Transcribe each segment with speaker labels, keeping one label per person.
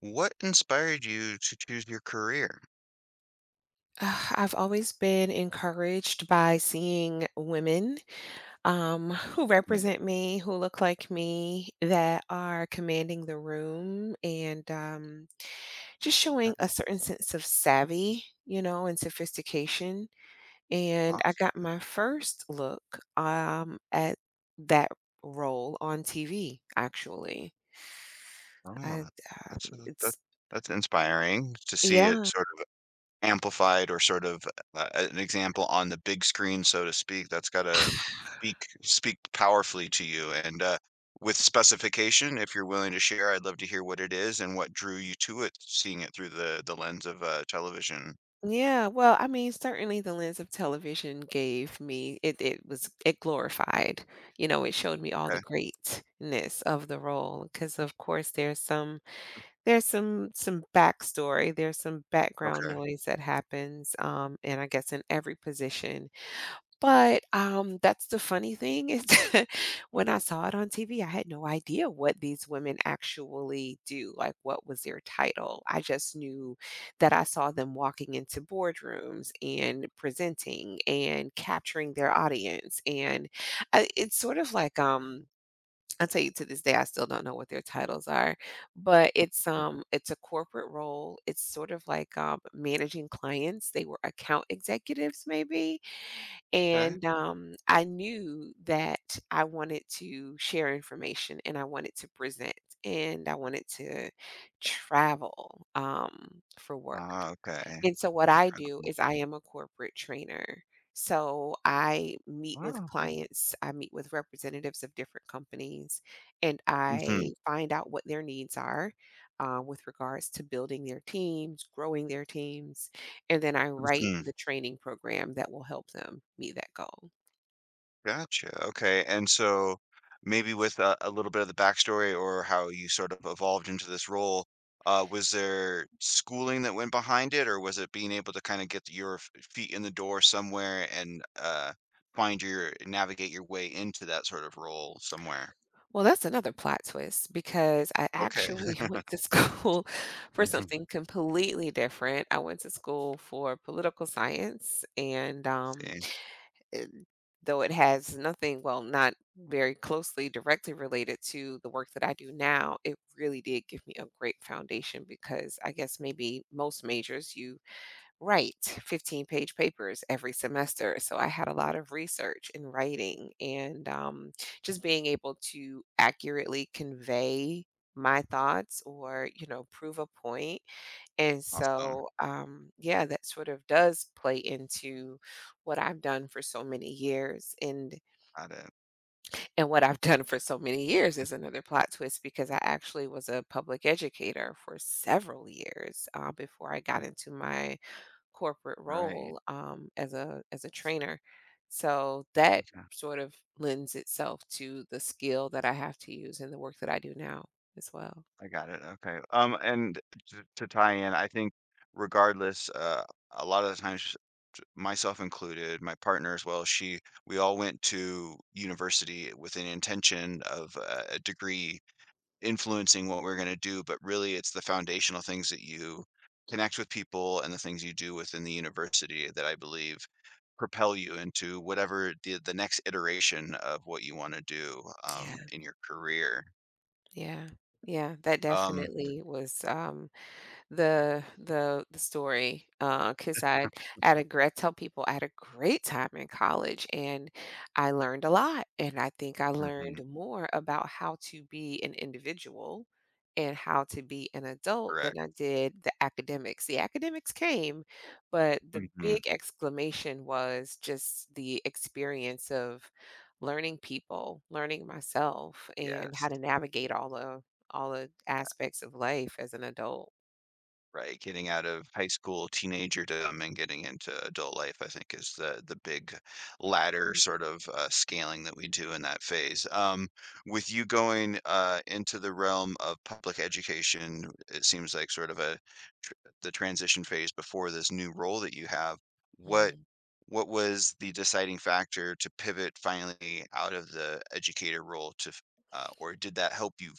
Speaker 1: What inspired you to choose your career?
Speaker 2: I've always been encouraged by seeing women who
Speaker 1: Hmm,
Speaker 2: represent me, who look like me, that are commanding the room and just showing
Speaker 1: that's
Speaker 2: a certain sense of savvy, you know, and sophistication. And I
Speaker 1: awesome.
Speaker 2: got my first look at that role on TV, actually. I,
Speaker 1: Oh,
Speaker 2: um,
Speaker 1: that's a, that,
Speaker 2: it's,
Speaker 1: that's inspiring to see it
Speaker 2: yeah.
Speaker 1: sort of amplified or sort of an example on the big screen, so to speak. That's gotta speak speak powerfully to you. And with specification, if you're willing to share, I'd love to hear what it is and what drew you to it, seeing it through the lens of television.
Speaker 2: Yeah, well, I mean, certainly the lens of television gave me it glorified, you know, it showed me all the
Speaker 1: Okay,
Speaker 2: greatness of the role because, of course, there's some backstory, there's some background
Speaker 1: okay,
Speaker 2: noise that happens, and I guess in every position but, that's the funny thing is that when I saw it on TV, I had no idea what these women actually do, like, what was their title. I just knew that I saw them walking into boardrooms and presenting and capturing their audience, and I it's sort of like, I tell you to this day, I still don't know what their titles are, but it's a corporate role. It's sort of like, managing clients. They were account executives maybe,
Speaker 1: okay.
Speaker 2: and, I knew that I wanted to share information and I wanted to present and I wanted to travel, for work.
Speaker 1: Ah, okay.
Speaker 2: And so what I do is I am a corporate trainer. So I meet with
Speaker 1: Wow.
Speaker 2: clients, I meet with representatives of different companies, and
Speaker 1: Hmm.
Speaker 2: I find out what their needs are with regards to building their teams, growing their teams, and then I write the training program that will help them meet that goal.
Speaker 1: Gotcha. Okay. And so maybe with a little bit of the backstory or how you sort of evolved into this role, was there schooling that went behind it, or was it being able to kind of get your f- feet in the door somewhere and find your navigate your way into that sort of role somewhere?
Speaker 2: Well, that's another plot twist because I
Speaker 1: Okay.
Speaker 2: actually went to school for
Speaker 1: Mhm.
Speaker 2: something completely different. I went to school for political science and um,
Speaker 1: See,
Speaker 2: and though it has nothing, well, not very closely directly related to the work that I do now, it really did give me a great foundation because I guess maybe most majors you write 15-page papers every semester. So I had a lot of research and writing and just being able to accurately convey my thoughts or, you know, prove a point and
Speaker 1: awesome.
Speaker 2: so, yeah, that sort of does play into what I've done for so many years. And
Speaker 1: Got it.
Speaker 2: and what I've done for so many years is another plot twist because I actually was a public educator for several years before I got into my corporate
Speaker 1: Right.
Speaker 2: role as a trainer. So that sort of lends itself to the skill that I have to use in the work that I do now as well.
Speaker 1: I got it. Okay. And to tie in, I think regardless, a lot of the times, t- myself included, my partner as well, she, we all went to university with an intention of a degree influencing what we're going to do, but really it's the foundational things that you connect with people and the things you do within the university that I believe propel you into whatever the next iteration of what you want to do
Speaker 2: Yeah.
Speaker 1: in your career.
Speaker 2: Yeah. Yeah, that
Speaker 1: Um,
Speaker 2: definitely was the story because I had a great tell people I had a great time in college and I learned a lot and I think I
Speaker 1: mhm,
Speaker 2: learned more about how to be an individual and how to be an adult than
Speaker 1: correct.
Speaker 2: I did the academics came but the
Speaker 1: Mhm.
Speaker 2: big exclamation was just the experience of learning people learning myself and
Speaker 1: Yes.
Speaker 2: how to navigate all the
Speaker 1: Yeah,
Speaker 2: aspects of life as an adult.
Speaker 1: right, getting out of high school teenagerdom and getting into adult life, I think, is the big ladder sort of, scaling that we do in that phase. With you going, into the realm of public education, it seems like sort of a tr the transition phase before this new role that you have, what
Speaker 2: Mm,
Speaker 1: what was the deciding factor to pivot finally out of the educator role to f or did that help you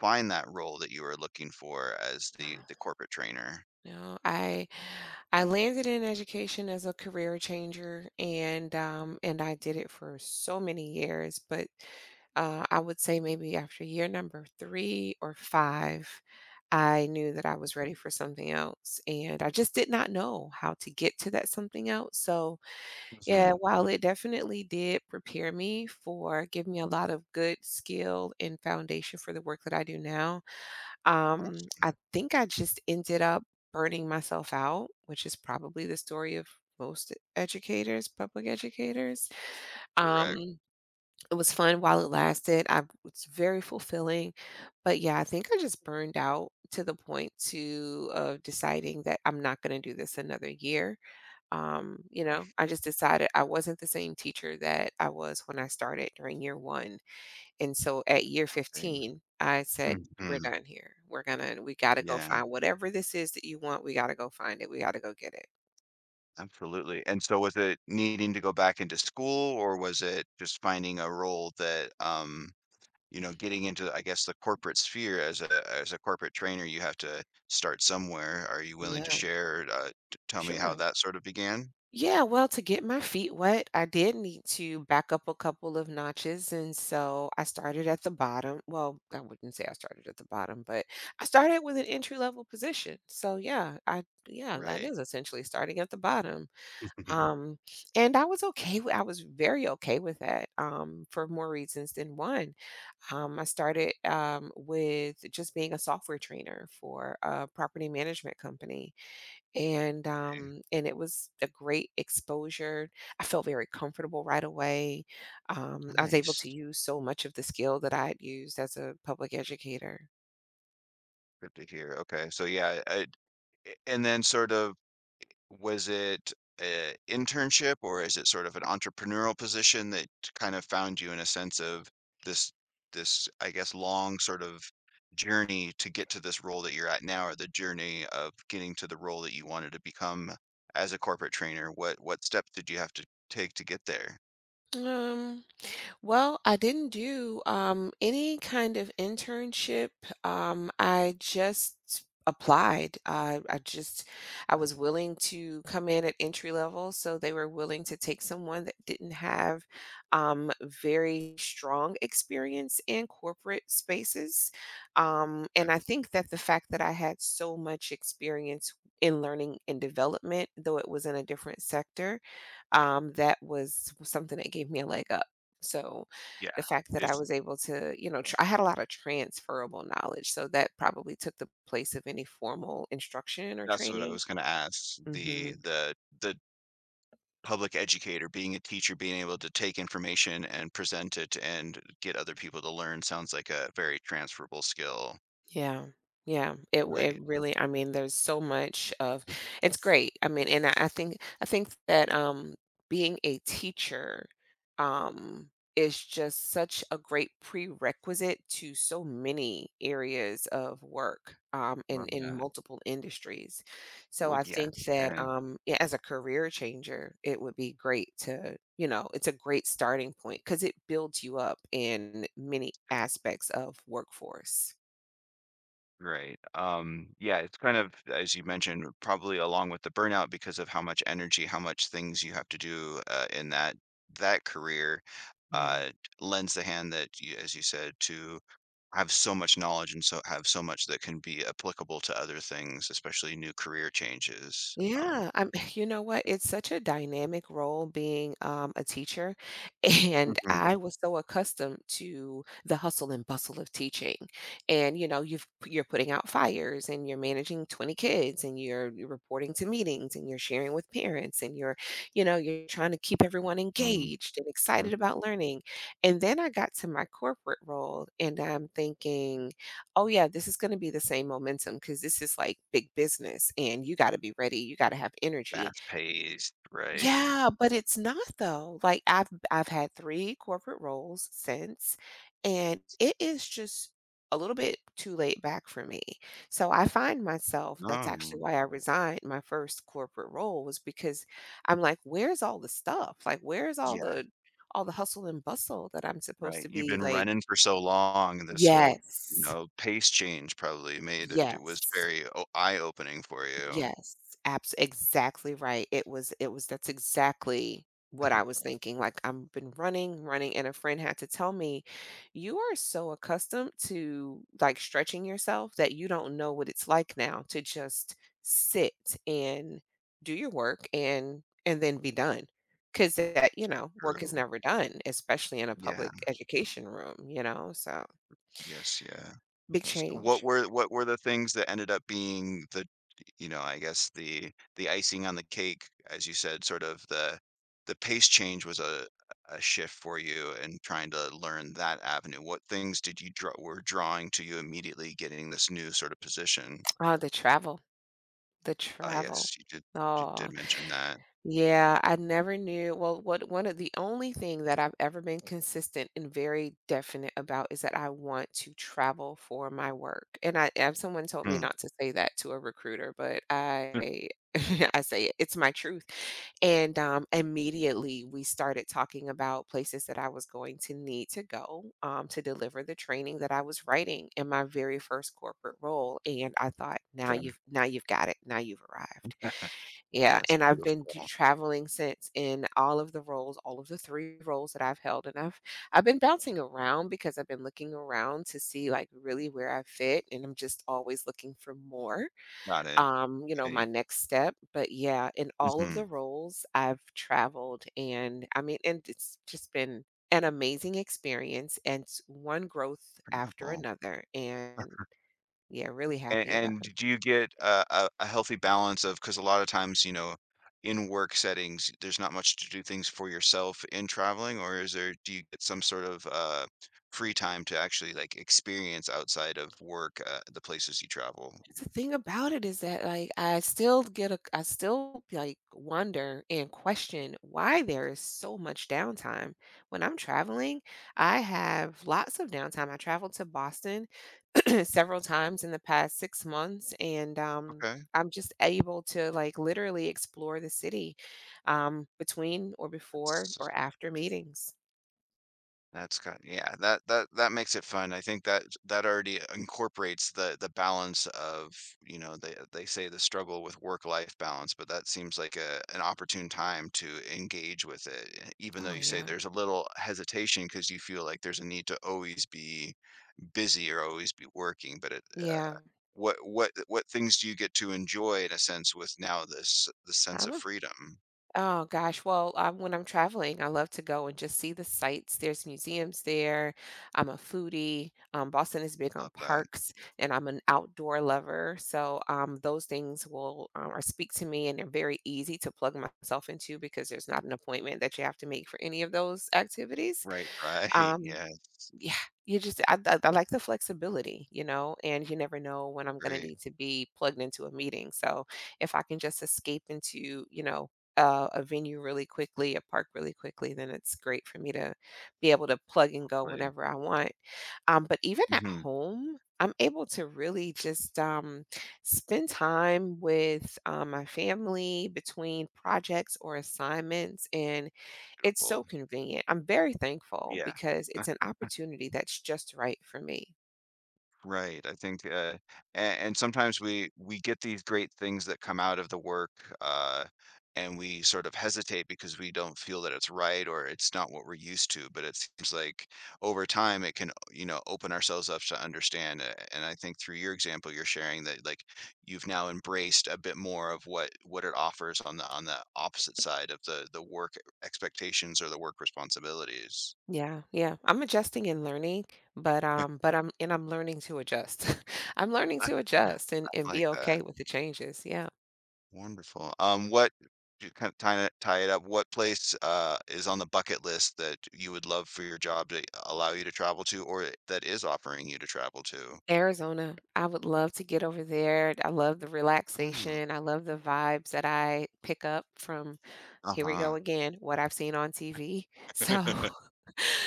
Speaker 1: find that role that you were looking for as
Speaker 2: uh,
Speaker 1: the corporate trainer.
Speaker 2: No, I landed in education as a career changer and I did it for so many years, but I would say maybe after year number 3 or 5, I knew that I was ready for something else and I just did not know how to get to that something else. So, yeah,
Speaker 1: Mhm.
Speaker 2: while it definitely did prepare me for give me a lot of good skill and foundation for the work that I do now, um,
Speaker 1: Awesome.
Speaker 2: I think I just ended up burning myself out, which is probably the story of most educators, public educators.
Speaker 1: Correct.
Speaker 2: Um, it was fun while it lasted. I It's very fulfilling, but yeah, I think I just burned out to the point to of deciding that I'm not going to do this another year. You know, I just decided I wasn't the same teacher that I was when I started during year 1, and so at year
Speaker 1: Yeah.
Speaker 2: 15, I said, "We're
Speaker 1: Mhm.
Speaker 2: done here. We gotta go
Speaker 1: Yeah,
Speaker 2: find whatever this is that you want, we gotta go find it. We gotta go get it."
Speaker 1: absolutely. And so was it needing to go back into school or was it just finding a role that, you know, getting into, I guess, the corporate sphere as a corporate trainer, you have to start somewhere. Are you willing to
Speaker 2: Yeah,
Speaker 1: share, t- tell me how
Speaker 2: sure.
Speaker 1: that sort of began?
Speaker 2: Yeah, well, to get my feet wet, I did need to back up a couple of notches. And so I started at the bottom. Well, I wouldn't say I started at the bottom, but I started with an entry level position. So yeah, I yeah, that
Speaker 1: Right.
Speaker 2: is essentially starting at the bottom. Um, and I was okay with I was very okay with that, for more reasons than one. I started with just being a software trainer for a property management company, and it was a great exposure. I felt very comfortable right away. I was able
Speaker 1: Nice.
Speaker 2: to use so much of the skill that I had used as a public educator.
Speaker 1: Good to hear. Okay. So yeah, I, and then sort of was it an internship or is it sort of an entrepreneurial position that kind of found you in a sense of this this, I guess, long sort of journey to get to this role that you're at now or the journey of getting to the role that you wanted to become as a corporate trainer? What steps did you have to take to get there?
Speaker 2: Um, Well, I didn't do, any kind of internship. I just applied. I just I was willing to come in at entry level, so they were willing to take someone that didn't have, very strong experience in corporate spaces.
Speaker 1: Okay.
Speaker 2: And I think that the fact that I had so much experience in learning and development, though it was in a different sector, that was something that gave me, like, a leg up. So the
Speaker 1: Yeah.
Speaker 2: fact that I
Speaker 1: It's
Speaker 2: was able to, you know, I had a lot of transferable knowledge. So that probably took the place of any formal instruction or
Speaker 1: that's what I
Speaker 2: training.
Speaker 1: was gonna ask.
Speaker 2: hmm
Speaker 1: The public educator, being a teacher, being able to take information and present it and get other people to learn sounds like a very transferable skill.
Speaker 2: Yeah. Yeah. It
Speaker 1: Right.
Speaker 2: really, I mean, there's so much of it's great. I mean, and I think that, being a teacher, is just such a great prerequisite to so many areas of work,
Speaker 1: Love
Speaker 2: in
Speaker 1: that.
Speaker 2: multiple industries. So
Speaker 1: Well,
Speaker 2: I
Speaker 1: yeah.
Speaker 2: think that,
Speaker 1: And
Speaker 2: yeah, as a career changer, it would be great to, you know, it's a great starting point because it builds you up in many aspects of workforce.
Speaker 1: right. Yeah, it's kind of, as you mentioned, probably along with the burnout because of how much energy, how much things you have to do in that that career
Speaker 2: Yeah.
Speaker 1: uh lends the hand that you, as you said to have so much knowledge and so have so much that can be applicable to other things especially new career changes um.
Speaker 2: Yeah, I'm you know what? It's such a dynamic role being, a teacher, and
Speaker 1: Mhm,
Speaker 2: I was so accustomed to the hustle and bustle of teaching, and, you know, you're putting out fires, and you're managing 20 kids, and you're reporting to meetings, and you're sharing with parents, and you're you know, you're trying to keep everyone
Speaker 1: mm,
Speaker 2: engaged and
Speaker 1: mm,
Speaker 2: excited about learning, and then I got to my corporate role, and I'm thinking oh yeah, this is going to be the same momentum because this is like big business and you got to be ready. You got to have energy.
Speaker 1: fast-paced, right.
Speaker 2: Yeah, but it's not though. Like I've had three corporate roles since and it is just a little bit too late back for me. So I find myself that's
Speaker 1: Oh,
Speaker 2: actually why I resigned my first corporate role was because I'm like, where's all the stuff? Like, where's
Speaker 1: yeah,
Speaker 2: all the hustle and bustle that I'm supposed
Speaker 1: right.
Speaker 2: to
Speaker 1: You've
Speaker 2: be
Speaker 1: been
Speaker 2: like
Speaker 1: running for so long, this whole, you
Speaker 2: yes.
Speaker 1: know, pace change probably made it it was
Speaker 2: Yes.
Speaker 1: very o eye-opening for you.
Speaker 2: Yes, abs exactly right. It was that's exactly what I was, yes, thinking. Like, I have been running, running, and a friend had to tell me, "You are so accustomed to, like, stretching yourself that you don't know what it's like now to just sit and do your work and then be done, because that, you know, work
Speaker 1: True.
Speaker 2: is never done, especially in a
Speaker 1: Yeah.
Speaker 2: public education room, you know? So,
Speaker 1: Yes, yeah.
Speaker 2: big
Speaker 1: S
Speaker 2: change.
Speaker 1: what were the things that ended up being the you know, I guess the icing on the cake, as you said, sort of the pace change was a shift for you and trying to learn that avenue. What things did you draw were drawing to you immediately getting this new sort of position?
Speaker 2: Oh, the travel, the
Speaker 1: Ah,
Speaker 2: travel.
Speaker 1: yes, you did
Speaker 2: Oh.
Speaker 1: mention that.
Speaker 2: Yeah, I never knew. Well, what one of the only thing that I've ever been consistent and very definite about is that I want to travel for my work. And I and someone told me
Speaker 1: Mm,
Speaker 2: not to say that to a recruiter, but I I say it. It's my truth. And immediately we started talking about places that I was going to need to go to deliver the training that I was writing in my very first corporate role. And I thought,
Speaker 1: okay.
Speaker 2: now you've got it. Now you've arrived. Yeah,
Speaker 1: That's
Speaker 2: and I've been t
Speaker 1: beautiful.
Speaker 2: traveling since in all of the roles, all of the 3 roles that I've held, and I've been bouncing around because I've been looking around to see, like, really where I fit, and I'm just always looking for more,
Speaker 1: Got it.
Speaker 2: you know,
Speaker 1: Right.
Speaker 2: my next step, but yeah, in all of
Speaker 1: Mhm.
Speaker 2: the roles, I've traveled, and I mean, and it's just been an amazing experience, and it's one growth after
Speaker 1: Incredible.
Speaker 2: another, and yeah, really happy about it.
Speaker 1: And do you get a healthy balance of? Because a lot of times, you know, in work settings, there's not much to do things for yourself in traveling, or is there do you get some sort of, free time to actually, like, experience outside of work, the places you travel?
Speaker 2: That's the thing about it is that, like, I still, like, wonder and question why there is so much downtime. When I'm traveling, I have lots of downtime. I traveled to Boston several times in the past 6 months, and,
Speaker 1: Okay.
Speaker 2: I'm just able to, like, literally explore the city, between or before
Speaker 1: That's
Speaker 2: or after meetings.
Speaker 1: That's got yeah, that that that makes it fun. I think that that already incorporates the balance of, you know, they say the struggle with work-life balance, but that seems like a an opportune time to engage with it, eh, even though
Speaker 2: Oh,
Speaker 1: you say
Speaker 2: yeah.
Speaker 1: there's a little hesitation because you feel like there's a need to always be busy or always be working. But it, uh,
Speaker 2: Yeah.
Speaker 1: what things do you get to enjoy in a sense with now this the sense
Speaker 2: I'm
Speaker 1: of
Speaker 2: a
Speaker 1: freedom?
Speaker 2: Oh gosh, well, when I'm traveling, I love to go and just see the sights. There's museums there. I'm a foodie. Boston is big on
Speaker 1: Love that.
Speaker 2: parks, and I'm an outdoor lover. So those things will or speak to me, and they're very easy to plug myself into because there's not an appointment that you have to make for any of those activities.
Speaker 1: Right, right.
Speaker 2: Um,
Speaker 1: Yes.
Speaker 2: yeah, you just I like the flexibility, you know, and you never know when I'm going to
Speaker 1: Great.
Speaker 2: need to be plugged into a meeting. So if I can just escape into, you know, a venue really quickly, a park really quickly, then it's great for me to be able to plug and go
Speaker 1: Play.
Speaker 2: whenever I want. But even at
Speaker 1: Hmm.
Speaker 2: home, I'm able to really just spend time with my family between projects or assignments and it's
Speaker 1: Beautiful.
Speaker 2: so convenient. I'm very thankful
Speaker 1: Yeah.
Speaker 2: because
Speaker 1: Uh,
Speaker 2: it's an opportunity that's just right for me.
Speaker 1: right. I think, and sometimes we get these great things that come out of the work, uh, and we sort of hesitate because we don't feel that it's right or it's not what we're used to. But it seems like over time it can, you know, open ourselves up to understand. And I think through your example, you're sharing that like you've now embraced a bit more of what it offers on the opposite side of the work expectations or the work responsibilities.
Speaker 2: Yeah, yeah. I'm adjusting and learning, but I'm learning to adjust. I'm learning
Speaker 1: I
Speaker 2: to adjust and be
Speaker 1: like that.
Speaker 2: okay with the changes. Yeah.
Speaker 1: Wonderful. What to kind of tie it up, what place is on the bucket list that you would love for your job to allow you to travel to or that is offering you to travel to?
Speaker 2: Arizona, I would love to get over there. I love the
Speaker 1: Mm,
Speaker 2: relaxation. I love the vibes that I pick up from, here we go
Speaker 1: uh-huh.
Speaker 2: again, what I've seen on TV. So,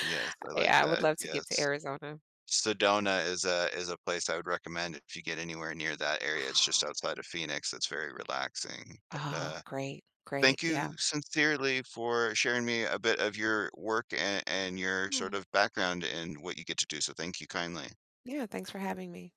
Speaker 1: Yes, I like
Speaker 2: yeah, I would
Speaker 1: that.
Speaker 2: love to get to
Speaker 1: Yes.
Speaker 2: Arizona.
Speaker 1: Sedona is a place I would recommend if you get anywhere near that area. It's just outside of Phoenix. It's very relaxing. But
Speaker 2: Oh, great, great.
Speaker 1: thank
Speaker 2: Yeah.
Speaker 1: you sincerely for sharing me a bit of your work and your sort
Speaker 2: Yeah.
Speaker 1: of background and what you get to do. So thank you kindly.
Speaker 2: Yeah, thanks for having me.